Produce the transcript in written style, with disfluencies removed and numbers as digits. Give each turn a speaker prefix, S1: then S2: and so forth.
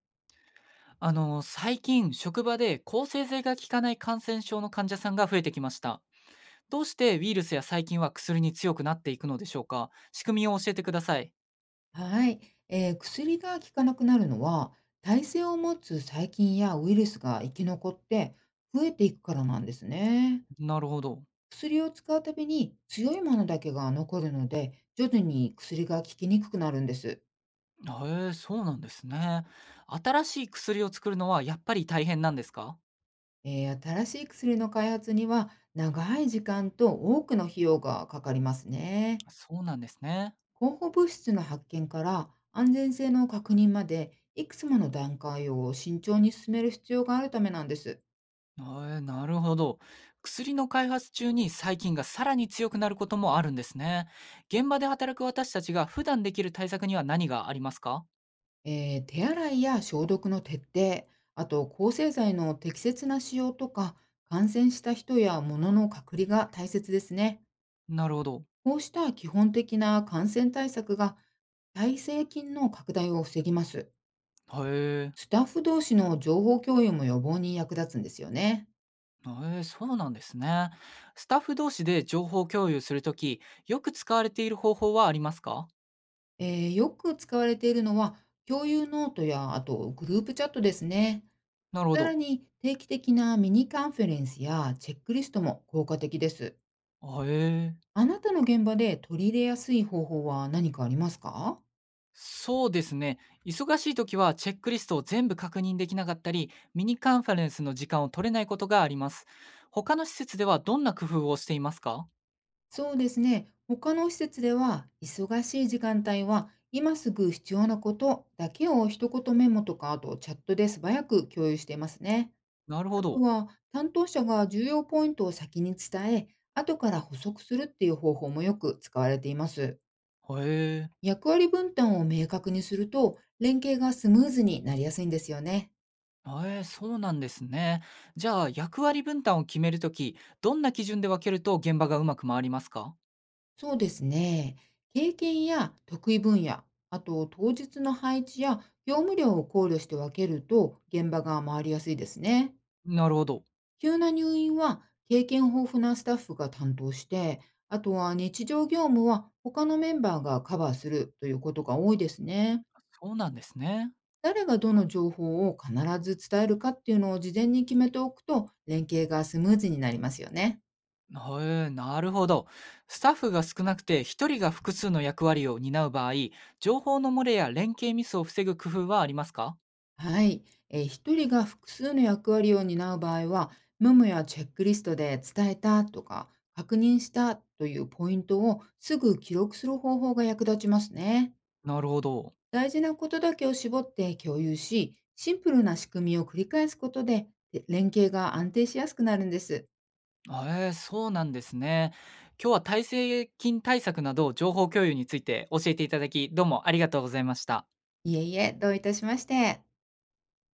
S1: 最近、職場で抗生剤が効かない感染症の患者さんが増えてきました。どうしてウイルスや細菌は薬に強くなっていくのでしょうか？仕組みを教えてください。
S2: はい、薬が効かなくなるのは耐性を持つ細菌やウイルスが生き残って増えていくからなんですね。
S1: なるほど。
S2: 薬を使うたびに強いものだけが残るので、徐々に薬が効きにくくなるんです。
S1: へえ、そうなんですね。新しい薬を作るのはやっぱり大変なんですか？
S2: 新しい薬の開発には、長い時間と多くの費用がかかりますね。
S1: そうなんですね。
S2: 候補物質の発見から安全性の確認まで、いくつもの段階を慎重に進める必要があるためなんです。
S1: へえ、なるほど。薬の開発中に細菌がさらに強くなることもあるんですね。現場で働く私たちが普段できる対策には何がありますか？
S2: 手洗いや消毒の徹底、あと抗生剤の適切な使用とか、感染した人や物の隔離が大切ですね。
S1: なるほど。
S2: こうした基本的な感染対策が、耐性菌の拡大を防ぎます。
S1: へえ。
S2: スタッフ同士の情報共有も予防に役立つんですよね。
S1: ええ、そうなんですね。スタッフ同士で情報共有するとき、よく使われている方法はありますか？
S2: よく使われているのは、共有ノートや、あとグループチャットですね。
S1: なるほ
S2: さら
S1: ど。
S2: に、定期的なミニカンフェレンスやチェックリストも効果的です。
S1: あええ。
S2: あなたの現場で取り入れやすい方法は何かありますか？
S1: そうですね。忙しいときはチェックリストを全部確認できなかったり、ミニカンファレンスの時間を取れないことがあります。他の施設ではどんな工夫をしていますか？
S2: そうですね。他の施設では、忙しい時間帯は、今すぐ必要なことだけを一言メモとか、あとチャットで素早く共有していますね。
S1: なるほ
S2: あと
S1: ど。
S2: は、担当者が重要ポイントを先に伝え、後から補足するっていう方法もよく使われています。
S1: へえへ
S2: 役割分担を明確にすると、連携がスムーズになりやすいんですよね。
S1: ええ、そうなんですね。じゃあ、役割分担を決めるとき、どんな基準で分けると現場がうまく回りますか？
S2: そうですね。経験や得意分野、あと当日の配置や業務量を考慮して分けると、現場が回りやすいですね。
S1: なるほど。
S2: 急な入院は経験豊富なスタッフが担当して、あとは日常業務は他のメンバーがカバーするということが多いですね。
S1: そうなんですね。
S2: 誰がどの情報を必ず伝えるかっていうのを事前に決めておくと、連携がスムーズになりますよね。
S1: へえ、なるほど。スタッフが少なくて一人が複数の役割を担う場合、情報の漏れや連携ミスを防ぐ工夫はありますか？
S2: はい。一人が複数の役割を担う場合は、メモやチェックリストで伝えたとか、確認したというポイントをすぐ記録する方法が役立ちますね。
S1: なるほど。
S2: 大事なことだけを絞って共有し、シンプルな仕組みを繰り返すことで、で連携が安定しやすくなるんです。
S1: ええ、そうなんですね。今日は体制金対策など情報共有について教えていただき、どうもありがとうございました。
S2: いえいえ、どういたしまして。